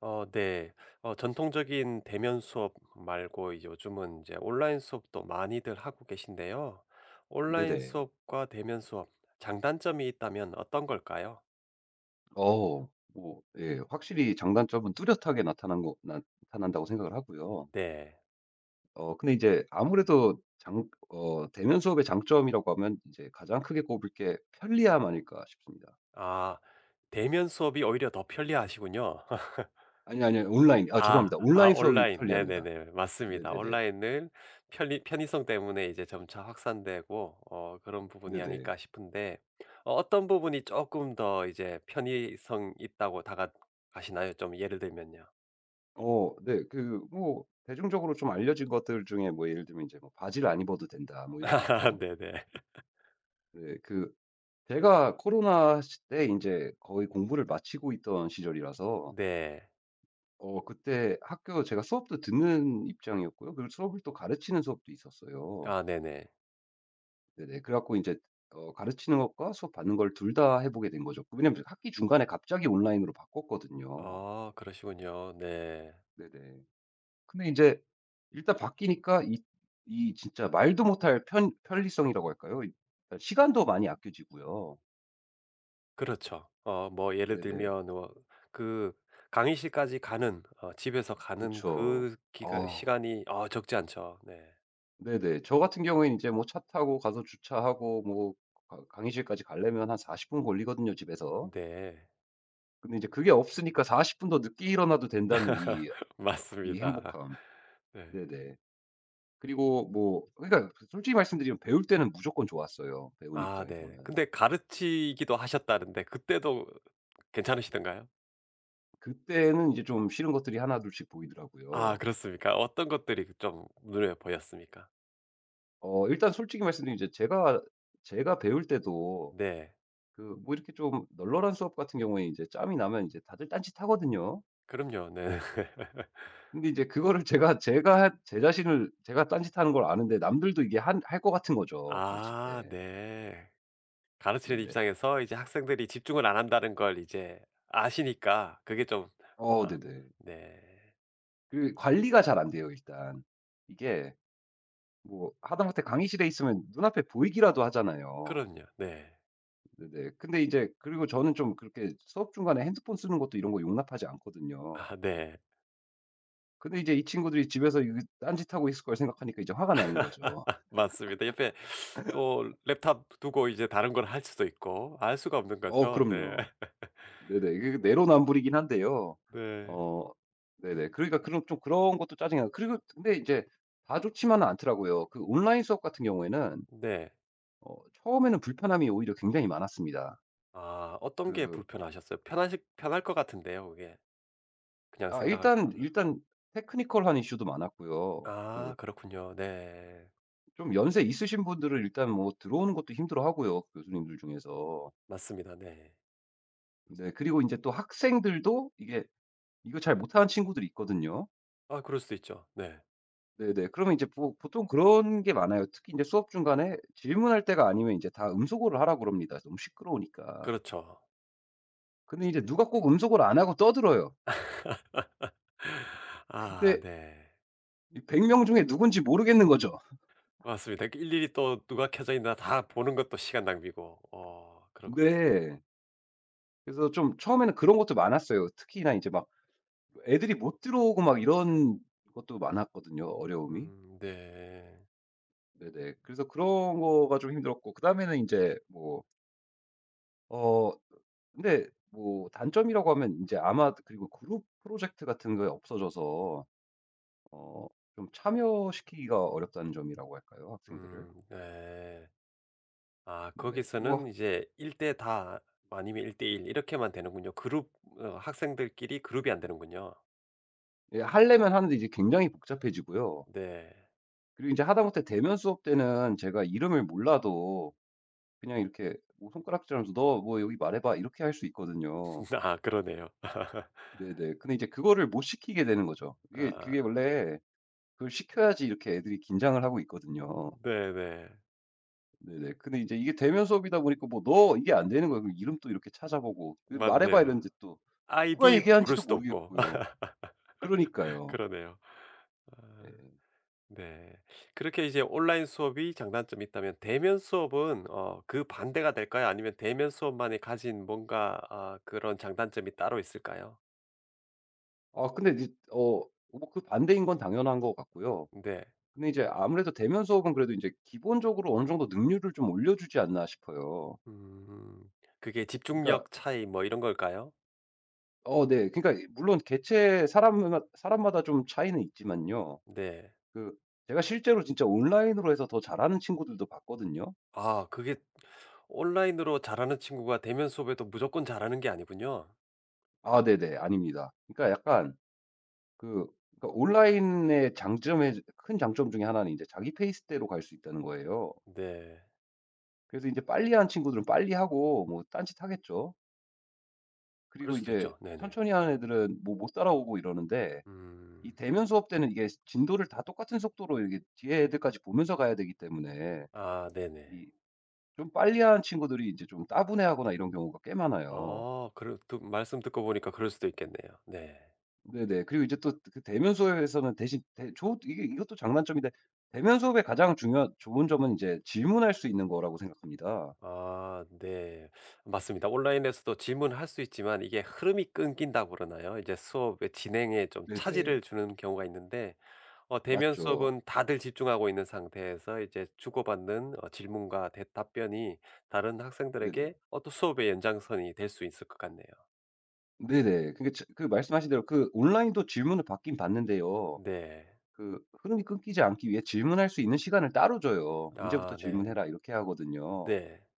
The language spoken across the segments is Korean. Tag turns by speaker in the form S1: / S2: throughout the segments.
S1: 네. 전통적인 대면 수업 말고 이제 요즘은 이제 온라인 수업도 많이들 하고 계신데요. 온라인
S2: 네네.
S1: 수업과 대면 수업 장단점이 있다면 어떤 걸까요?
S2: 어 뭐 예 확실히 장단점은 뚜렷하게 나타난다고 생각을 하고요.
S1: 네.
S2: 근데 이제 아무래도 장 어 대면 수업의 장점이라고 하면 이제 가장 크게 꼽을 게 편리함 아닐까 싶습니다.
S1: 아 대면 수업이 오히려 더 편리하시군요.
S2: 아니, 아니 온라인. 아
S1: 아.
S2: 죄송합니다.
S1: 아
S2: 온라인 수업이
S1: 온라인.
S2: 편리합니다.
S1: 네네네. 맞습니다.
S2: 네네네.
S1: 온라인은 편리 편의성 때문에 이제 점차 확산되고 그런 부분이
S2: 네네.
S1: 아닐까 싶은데 어떤 부분이 조금 더 이제 편의성 있다고 다가가시나요? 좀 예를 들면요.
S2: 네. 그 뭐 대중적으로 좀 알려진 것들 중에 뭐 예를 들면 이제 뭐 "바지를 안 입어도 된다." 뭐 이런 게
S1: 아,
S2: 있죠.
S1: 네네.
S2: 네. 그 제가 코로나 시 때 이제 거의 공부를 마치고 있던 시절이라서
S1: 네.
S2: 그때 학교 제가 수업도 듣는 입장이었고요. 그리고 수업을 또 가르치는 수업도 있었어요.
S1: 아 네네.
S2: 네네. 그래 갖고 이제 가르치는 것과 수업 받는 걸 둘 다 해 보게 된 거죠. 그 왜냐면 학기 중간에 갑자기 온라인으로 바꿨거든요.
S1: 그러시군요. 네.
S2: 네네. 근데 이제 일단 바뀌니까 이 진짜 말도 못할 편 편리성이라고 할까요? 일단 시간도 많이 아껴지고요.
S1: 그렇죠. 뭐 예를
S2: 네네.
S1: 들면 그 강의실까지 가는 집에서 가는
S2: 그쵸.
S1: 그 기간
S2: 아.
S1: 시간이 적지 않죠. 네.
S2: 네네. 저 같은 경우에는 이제 뭐 차 타고 가서 주차하고 뭐 강 강의실까지 가려면 한 40분 걸리거든요, 집에서.
S1: 네.
S2: 근데 이제 그게 없으니까 40분 더 늦게 일어나도 된다는 이 이
S1: 맞습니다.
S2: 행복함.
S1: 네.
S2: 네네. 그리고 뭐 그러니까 그 솔직히 말씀드리면 배울 때는 무조건 좋았어요, 배우는
S1: 아 네.
S2: 입장에서는.
S1: 근데 가르치기도 하셨다는데 그때도 괜찮으시던가요?
S2: 그때는 이제 좀 싫은 것들이 하나둘씩
S1: 아
S2: 보이더라고요.
S1: 그렇습니까? 어떤 것들이 그 좀 눈에 보였습니까?
S2: 일단 솔직히 말씀드리면 이제 제가 배울 때도
S1: 네.
S2: 그 뭐 이렇게 좀 널널한 수업 같은 경우에 이제 짬이 나면 이제 다들 딴짓하거든요.
S1: 그럼요. 네.
S2: 근데 이제 그거를 제가 제 자신을 제가 딴짓하는 걸 아는데 남들도 이게 한 할 것 같은 거죠, 가르칠
S1: 아
S2: 때.
S1: 네. 가르치는
S2: 네네.
S1: 입장에서 이제 학생들이 집중을 안 한다는 걸 이제 아시니까 그게 좀. 아
S2: 네네.
S1: 네.
S2: 그 관리가 잘 안 돼요, 일단. 이게 뭐 하다못해 강의실에 있으면 눈앞에 보이기라도 하잖아요.
S1: 그럼요. 네.
S2: 네네. 근데 이제 그리고 저는 좀 그렇게 수업 중간에 핸드폰 쓰는 것도 이런 거 용납하지 않거든요.
S1: 아 네.
S2: 근데 이제 이 친구들이 집에서 이거 딴짓하고 있을 걸 생각하니까 이제 화가 나는 거죠.
S1: 맞습니다. 옆에 또 랩탑 두고 이제 다른 걸 할 수도 있고 알 수가 없는 거죠. 네.
S2: 그럼요. 네네. 그 내로남불이긴 한데요.
S1: 네.
S2: 어 네네. 그러니까 그런 좀 그런 것도 짜증이 나고 그리고 근데 인제 다 좋지만은 않더라고요. 그 온라인 수업 같은 경우에는
S1: 네.
S2: 어 처음에는 불편함이 오히려 굉장히 많았습니다.
S1: 아 어떤 게
S2: 그
S1: 불편하셨어요? 편하실 편할 것 같은데요 그게 그냥
S2: 아 일단
S1: 생각하기로는.
S2: 일단 테크니컬한 이슈도 많았고요. 그
S1: 아 그렇군요. 네.
S2: 좀 연세 있으신 분들은 일단 뭐 들어오는 것도 힘들어하고요, 교수님들 중에서.
S1: 맞습니다. 네.
S2: 네. 그리고 인제 또 학생들도 이게 이거 잘 못하는 친구들이 있거든요.
S1: 아 그럴 수도 있죠. 네.
S2: 네네. 그러면 이제 보 보통 그런 게 많아요. 특히 이제 수업 중간에 질문할 때가 아니면 이제 다 음소거를 하라고 그럽니다, 너무 시끄러우니까.
S1: 그렇죠.
S2: 근데 이제 누가 꼭 음소거를 안 하고 떠들어요.
S1: 아
S2: 근데
S1: 네.
S2: 백100명 중에 누군지 모르겠는 거죠.
S1: 맞습니다. 이렇게 일일이 또 누가 켜져 있나 다 보는 것도 시간 낭비고. 그렇군요.
S2: 네. 그래서 좀 처음에는 그런 것도 많았어요. 특히나 이제 막 애들이 못 들어오고 막 이런 것도 많았거든요, 어려움이.
S1: 네.
S2: 네네. 그래서 그런 거가 좀 힘들었고 그다음에는 이제 뭐 어 근데 뭐 단점이라고 하면 이제 아마 그리고 그룹 프로젝트 같은 게 없어져서 어 좀 참여시키기가 어렵다는 점이라고 할까요? 학생들을.
S1: 네. 아
S2: 네네. 그
S1: 거기서는
S2: 뭐
S1: 이제 1대다 아니면 1대1 이렇게만 되는군요. 그룹 어 학생들끼리 그룹이 안 되는군요.
S2: 예 하려면 하는데 이제 굉장히 복잡해지고요.
S1: 네.
S2: 그리고 이제 하다못해 대면 수업 때는 제가 이름을 몰라도 그냥 이렇게 뭐 손가락질하면서 "너 뭐 여기 말해 봐." 이렇게 할 수 있거든요.
S1: 아 그러네요.
S2: 네네. 근데 이제 그거를 못 시키게 되는 거죠. 그게
S1: 아
S2: 원래 그걸 시켜야지 이렇게 애들이 긴장을 하고 있거든요.
S1: 네네.
S2: 네네. 근데 이제 이게 대면 수업이다 보니까 뭐 "너." 이게 안 되는 거예요. 그럼 이름도 이렇게 찾아보고. "그 말해 봐." 이랬
S1: 맞네요.
S2: 는데 또 누가
S1: 아이디 부를
S2: 얘기하는지도
S1: 수도 없고.
S2: 모르겠고요. 그러니까요.
S1: 그러네요. 아
S2: 예.
S1: 네. 그렇게 이제 온라인 수업이 장단점이 있다면 대면 수업은 그 반대가 될까요? 아니면 대면 수업만이 가진 뭔가 아 그런 장단점이 따로 있을까요?
S2: 아 근데 이제 뭐 그 반대인 건 당연한 것 같고요.
S1: 네.
S2: 근데 이제 아무래도 대면 수업은 그래도 인제 기본적으로 어느 정도 능률을 좀 올려주지 않나 싶어요.
S1: 음. 그게
S2: 그러니까
S1: 집중력 차이 뭐 이런 걸까요?
S2: 네. 그러니까 물론 개체 사람마다 좀 차이는 있지만요.
S1: 네.
S2: 그 제가 실제로 진짜 온라인으로 해서 더 잘하는 친구들도 봤거든요.
S1: 아 그게 온라인으로 잘하는 친구가 대면 수업에도 무조건 잘하는 게 아니군요.
S2: 아 네네. 아닙니다. 그러니까 약간 그 그러니까 온라인의 장점의 큰 장점 중에 하나는 인제 자기 페이스대로 갈 수 있다는 거예요.
S1: 네.
S2: 그래서 이제 빨리 하는 친구들은 빨리 하고 뭐 딴짓 하겠죠.
S1: 그럴
S2: 그리고 이
S1: 수도
S2: 제
S1: 있죠. 네네.
S2: 천천히 하는 애들은 뭐 못 따라오고 이러는데 이
S1: 음.
S2: 대면 수업 때는 이게 진도를 다 똑같은 속도로 이게 뒤에 애들까지 보면서 가야 되기 때문에
S1: 아 네네.
S2: 이 좀 빨리 하는 친구들이 이제 좀 따분해하거나 이런 경우가 꽤 많아요.
S1: 어그 말씀 듣고 보니까 그럴 수도 있겠네요. 네.
S2: 네네. 그리고 이제 또 그 대면 수업에서는 대신 대 조 이게 이것도 장단점인데 대면 수업의 가장 중요한 좋은 점은 이제 질문할 수 있는 거라고 생각합니다.
S1: 아 네. 맞습니다. 온라인에서도 질문할 수 있지만 이게 흐름이 끊긴다고 그러나요? 이제 수업의 진행에 좀 차질을
S2: 네네.
S1: 주는 경우가 있는데 대면
S2: 맞죠.
S1: 수업은 다들 집중하고 있는 상태에서 이제 주고받는 질문과 대 답변이 다른
S2: 네네.
S1: 학생들에게 또 수업의 연장선이 될 수 있을 것 같네요.
S2: 네네. 그게 그 말씀하신 대로 그 온라인도 질문을 받긴 받는데요.
S1: 네.
S2: 그 흐름이 끊기지 않기 위해 질문할 수 있는 시간을 따로 줘요. 이제부터
S1: 아 네.
S2: 질문해라." 이렇게 하거든요.
S1: 네.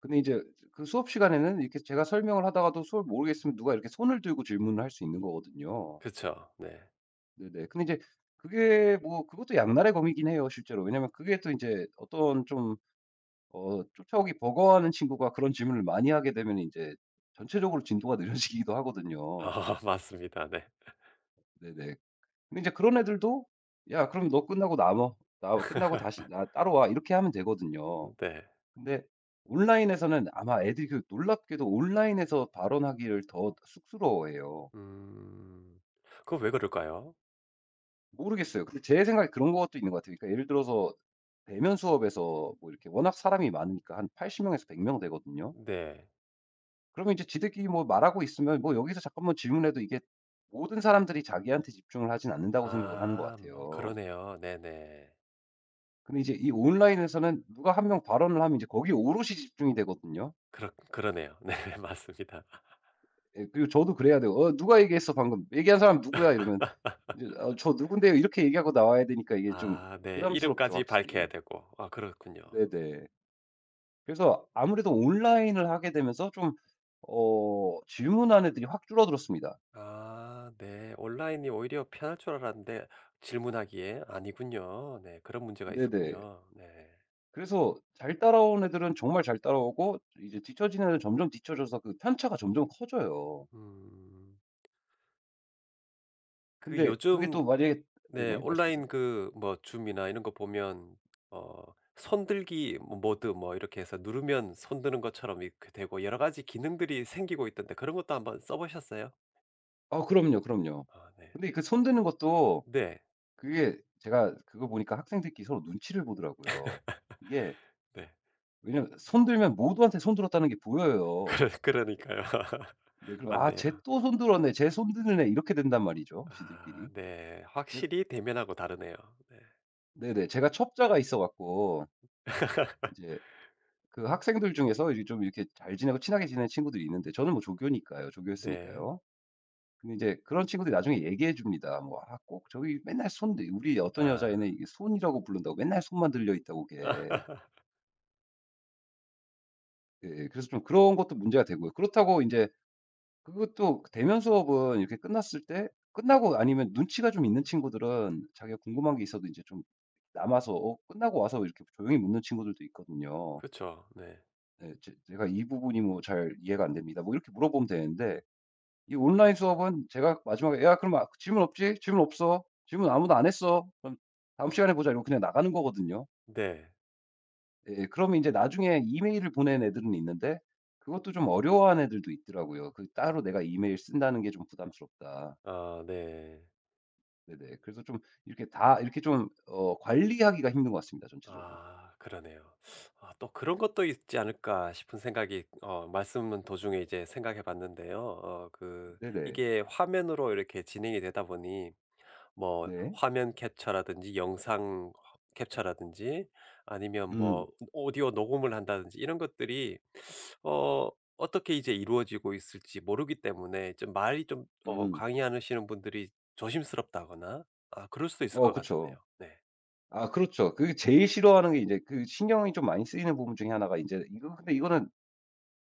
S2: 근데 이제 그 수업 시간에는 이렇게 제가 설명을 하다가도 수업 모르겠으면 누가 이렇게 손을 들고 질문을 할 수 있는 거거든요.
S1: 그쵸. 네.
S2: 네네. 근데 이제 그게 뭐 그것도 양날의 검이긴 해요 실제로. 왜냐면 그게 또 이제 어떤 좀 쫓아오기 버거워하는 친구가 그런 질문을 많이 하게 되면 이제 전체적으로 진도가 느려지기도 하거든요.
S1: 아 맞습니다. 네.
S2: 네네. 근데 이제 그런 애들도 "야 그럼 너 끝나고 남아. 나 끝나고 다시 나 따로 와." 이렇게 하면 되거든요.
S1: 네.
S2: 근데 온라인에서는 아마 애들이 그 놀랍게도 온라인에서 발언하기를 더 쑥스러워해요.
S1: 음. 그거 왜 그럴까요?
S2: 모르겠어요. 근데 제 생각에 그런 것도 있는 것 같아요. 그러니까 예를 들어서 대면 수업에서 뭐 이렇게 워낙 사람이 많으니까 한 80 명에서 100명 되거든요.
S1: 네.
S2: 그러면 이제 지들끼리 뭐 말하고 있으면 뭐 여기서 잠깐만 질문해도 이게 모든 사람들이 자기한테 집중을 하진 않는다고 생각을 하는 것
S1: 아 뭐
S2: 같아요.
S1: 그러네요. 네네.
S2: 근데 이제 이 온라인에서는 누가 한 명 발언을 하면 이제 거기에 오롯이 집중이 되거든요.
S1: 그렇 그러네요. 네 맞습니다.
S2: 예 그리고 저도 그래야 돼요. 누가 얘기했어 방금. 얘기한 사람 누구야?" 이러면 이제 "아 저 누군데요." 이렇게 얘기하고 나와야 되니까 이게 좀
S1: 아 네.
S2: 부담스럽죠
S1: 이름까지
S2: 확실히.
S1: 밝혀야 되고. 아 그렇군요.
S2: 네네. 그래서 아무래도 온라인을 하게 되면서 좀 질문하는 애들이 확 줄어들었습니다.
S1: 아 네. 온라인이 오히려 편할 줄 알았는데 질문하기에 아니군요. 네. 그런 문제가
S2: 네네.
S1: 있었군요. 네.
S2: 그래서 잘 따라온 애들은 정말 잘 따라오고 이제 뒤처지는 애들은 점점 뒤처져서 그 편차가 점점 커져요.
S1: 음. 그
S2: 근데 그게
S1: 요즘
S2: 또 만약에
S1: 네
S2: 네네. 말씀하세요.
S1: 온라인 그 뭐 줌이나 이런 거 보면 어 손들기 뭐 모드 뭐 이렇게 해서 누르면 손 드는 것처럼 이렇게 되고 여러 가지 기능들이 생기고 있던데 그런 것도 한번 써 보셨어요?
S2: 그럼요, 그럼요.
S1: 아 네.
S2: 근데 그 손드는 것도
S1: 네.
S2: 그게 제가 그거 보니까 학생들끼리 서로 눈치를 보더라고요. 이게
S1: 네.
S2: 왜냐면 손들면 모두한테 손들었다는 게 보여요.
S1: 그러니까요.
S2: 네 그럼 '아 쟤
S1: 맞네요.
S2: 또 손들었네. 쟤 손드는 애.' 이렇게 된단 말이죠,
S1: 아
S2: 지들끼리.
S1: 네.
S2: 제
S1: 확실히 대면하고 다르네요. 네.
S2: 네네. 제가 첩자가 있어 갖고 이제 그 학생들 중에서 이제 좀 이렇게 잘 지내고 친하게 지내는 친구들이 있는데 저는 뭐 조교니까요.
S1: 네.
S2: 조교였으니까요. 근데 이제 그런 친구들이 나중에 얘기해 줍니다. 뭐 "아 꼭 저기 맨날 손 들" 우리 어떤
S1: 아.
S2: 여자애는 이게 손이라고 부른다고 맨날 손만 들려 있다고 그게. 예. 그래서 좀 그런 것도 문제가 되고요. 그렇다고 이제 그것도 대면 수업은 이렇게 끝났을 때 끝나고 아니면 눈치가 좀 있는 친구들은 자기가 궁금한 게 있어도 이제 좀 남아서 끝나고 와서 이렇게 조용히 묻는 친구들도 있거든요.
S1: 그쵸. 네.
S2: 예. "제 제가 이 부분이 뭐 잘 이해가 안 됩니다." 뭐 이렇게 물어보면 되는데 이 온라인 수업은 제가 마지막에 "야 그럼 아 질문 없지? 질문 없어. 질문 아무도 안 했어. 그럼 다음 시간에 보자." 이러고 그냥 나가는 거거든요.
S1: 네.
S2: 예예. 그러면 인제 나중에 이메일을 보낸 애들은 있는데 그것도 좀 어려워하는 애들도 있더라고요. 그 따로 내가 이메일 쓴다는 게 좀 부담스럽다.
S1: 아 네.
S2: 네네. 그래서 좀 이렇게 다 이렇게 좀 관리하기가 힘든 것 같습니다 전체적으로.
S1: 아 그러네요. 아 또 그런 것도 있지 않을까 싶은 생각이 말씀 도중에 이제 생각해 봤는데요. 그
S2: 네네.
S1: 이게 화면으로 이렇게 진행이 되다 보니 뭐
S2: 네.
S1: 화면 캡처라든지 영상 캡처라든지 아니면
S2: 음.
S1: 뭐 오디오 녹음을 한다든지 이런 것들이 어 어떻게 이제 이루어지고 있을지 모르기 때문에 좀 말이 좀
S2: 음.
S1: 강의하시는 분들이 조심스럽다거나 아 그럴 수도 있을 것
S2: 그쵸.
S1: 같은데요. 네.
S2: 아 그렇죠. 그게 제일 싫어하는 게 이제 그 신경이 좀 많이 쓰이는 부분 중에 하나가 인제 이거 근데 이거는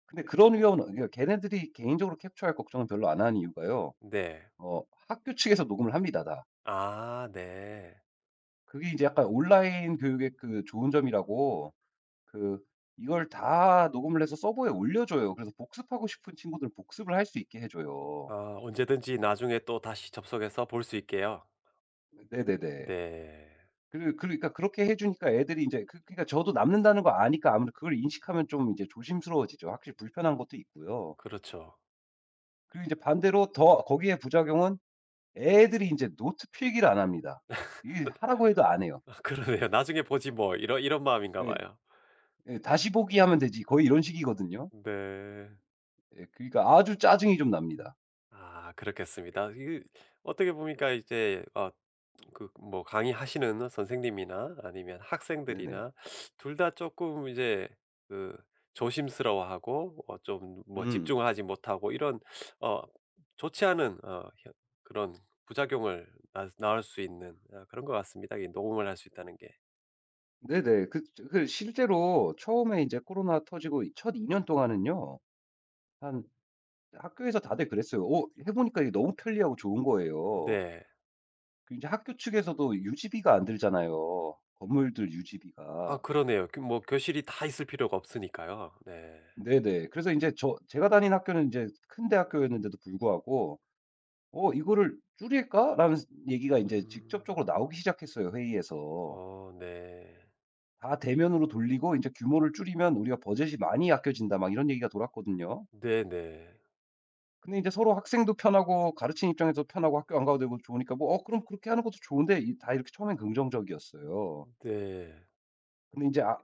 S2: 근데 그런 위험은 그러니까 걔네들이 개인적으로 캡처할 걱정은 별로 안 하는 이유가요.
S1: 네.
S2: 어 학교 측에서 녹음을 합니다 다.
S1: 아 네.
S2: 그게 이제 약간 온라인 교육의 그 좋은 점이라고 그 이걸 다 녹음을 해서 서버에 올려줘요. 그래서 복습하고 싶은 친구들은 복습을 할 수 있게 해 줘요.
S1: 아 언제든지 나중에 또다시 접속해서 볼 수 있게요.
S2: 네네네.
S1: 네.
S2: 그 그러니까 그렇게 해 주니까 애들이 인제 그 그러니까 저도 남는다는 거 아니까 아무래도 그걸 인식하면 좀 이제 조심스러워지죠. 확실히 불편한 것도 있고요.
S1: 그렇죠.
S2: 그리고 이제 반대로 더 거기에 부작용은 애들이 이제 노트 필기를 안 합니다. 이게 하라고 해도 안 해요.
S1: 그러네요. '나중에 보지 뭐.' 이런 마음인가
S2: 예.
S1: 봐요.
S2: 예. "다시 보기 하면 되지." 거의 이런 식이거든요.
S1: 네.
S2: 예. 그러니까 아주 짜증이 좀 납니다.
S1: 아 그렇겠습니다. 이 어떻게 보니까 이제 그 뭐 강의하시는 선생님이나 아니면
S2: 네네.
S1: 학생들이나 둘 다 조금 이제 그 조심스러워하고 좀 뭐
S2: 음.
S1: 집중하지 못하고 이런 어 좋지 않은 어 현 그런 부작용을 낳 낳을 수 있는 그런 것 같습니다 이 녹음을 할 수 있다는 게.
S2: 네네. 그 실제로 처음에 이제 코로나 터지고 첫2년 동안은요. 한 학교에서 다들 그랬어요. 어 해 보니까 이게 너무 편리하고 좋은 거예요.
S1: 네.
S2: 그 인제 학교 측에서도 유지비가 안 들잖아요, 건물들
S1: 아
S2: 유지비가.
S1: 그러네요. 그 뭐 교실이 다 있을 필요가 없으니까요. 네.
S2: 네네. 그래서 인제 제가 다닌 학교는 인제 큰 대학교였는데도 불구하고 "이거를 줄일까?"라는 얘기가 이제
S1: 음.
S2: 직접적으로 나오기 시작했어요 회의에서.
S1: 네.
S2: 다 대면으로 돌리고 이제 규모를 줄이면 우리가 버젯이 많이 아껴진다." 막 이런 얘기가 돌았거든요.
S1: 네네.
S2: 근데 이제 서로 학생도 편하고 가르치는 입장에서도 편하고 학교 안 가도 되고 좋으니까 뭐 그럼 그렇게 하는 것도 좋은데." 이 다 이렇게 처음엔 긍정적이었어요.
S1: 네.
S2: 근데 이제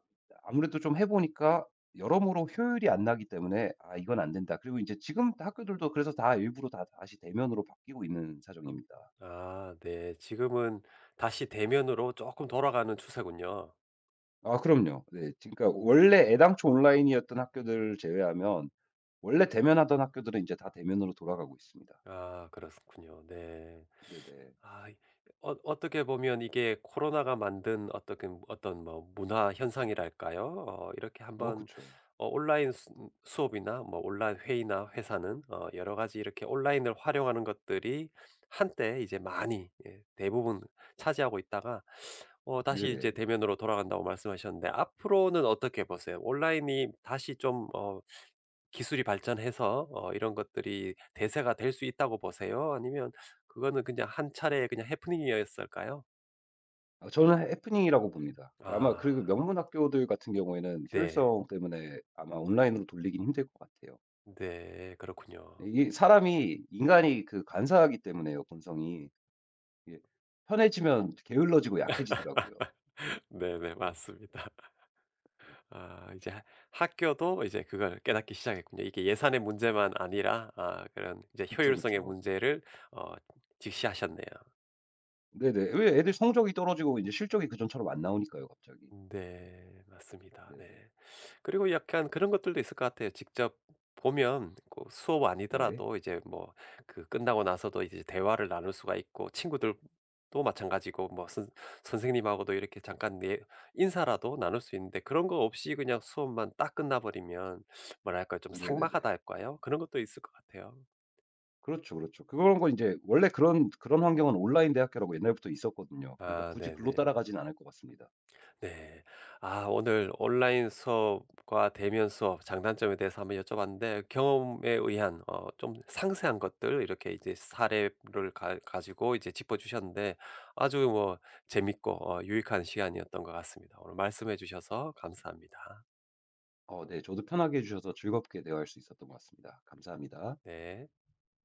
S2: 아무래도 좀 해 보니까 여러모로 효율이 안 나기 때문에 '아 이건 안 된다.' 그리고 이제 지금 학교들도 그래서 다 일부러 다 다시 대면으로 바뀌고 있는 사정입니다.
S1: 아 네. 지금은 다시 대면으로 조금 돌아가는 추세군요.
S2: 아 그럼요. 네. 그러니까 원래 애당초 온라인이었던 학교들을 제외하면 원래 대면하던 학교들은 이제 다 대면으로 돌아가고 있습니다.
S1: 아 그렇군요. 네.
S2: 네네.
S1: 아 이 어떻게 보면 이게 코로나가 만든 어떻 어떤 뭐 문화 현상이랄까요? 이렇게 한번
S2: 그쵸.
S1: 온라인 수 수업이나 뭐 온라인 회의나 회사는 여러 가지 이렇게 온라인을 활용하는 것들이 한때 이제 많이 예 대부분 차지하고 있다가 다시 이제
S2: 네네.
S1: 대면으로 돌아간다고 말씀하셨는데 앞으로는 어떻게 보세요? 온라인이 다시 좀어 기술이 발전해서 이런 것들이 대세가 될 수 있다고 보세요? 아니면 그거는 그냥 한 차례 그냥 해프닝이었을까요?
S2: 아 저는 해프닝이라고 봅니다. 아마
S1: 아
S2: 그리고 명문 학교들 같은 경우에는
S1: 네.
S2: 효율성 때문에 아마 온라인으로 돌리긴 힘들 것 같아요.
S1: 네. 그렇군요.
S2: 이게 사람이 인간이 그 간사하기 때문에요, 본성이. 이게 편해지면 게을러지고 약해지더라고요.
S1: 네네. 맞습니다. 아 이제 하 학교도 이제 그걸 깨닫기 시작했군요. 이게 예산의 문제만 아니라 아 그런 이제
S2: 그쵸,
S1: 효율성의
S2: 그쵸.
S1: 문제를 어 직시하셨네요.
S2: 네네. 왜 애들 성적이 떨어지고 이제 실적이 그전처럼 안 나오니까요, 갑자기.
S1: 네. 맞습니다.
S2: 네네.
S1: 네. 그리고 약간 그런 것들도 있을 것 같아요. 직접 보면 꼭 수업
S2: 네.
S1: 아니더라도 이제 뭐 그 끝나고 나서도 이제 대화를 나눌 수가 있고 친구들도 마찬가지고 뭐 선 선생님하고도 이렇게 잠깐 내 인사라도 나눌 수 있는데 그런 거 없이 그냥 수업만 딱 끝나 버리면 뭐랄까요? 좀
S2: 네네네.
S1: 삭막하다 할까요? 그런 것도 있을 것 같아요.
S2: 그렇죠, 그렇죠. 그런 거 이제 원래 그런 환경은 온라인 대학교라고 옛날부터 있었거든요. 그러니까
S1: 아
S2: 굳이 글로
S1: 네네.
S2: 따라가진 않을 것 같습니다.
S1: 네. 아 오늘 온라인 수업과 대면 수업 장단점에 대해서 한번 여쭤봤는데 경험에 의한 좀 상세한 것들 이렇게 이제 사례를 가 가지고 이제 짚어 주셨는데 아주 뭐 재밌고 유익한 시간이었던 것 같습니다. 오늘 말씀해 주셔서 감사합니다.
S2: 네. 저도 편하게 해 주셔서 즐겁게 대화할 수 있었던 것 같습니다. 감사합니다.
S1: 네.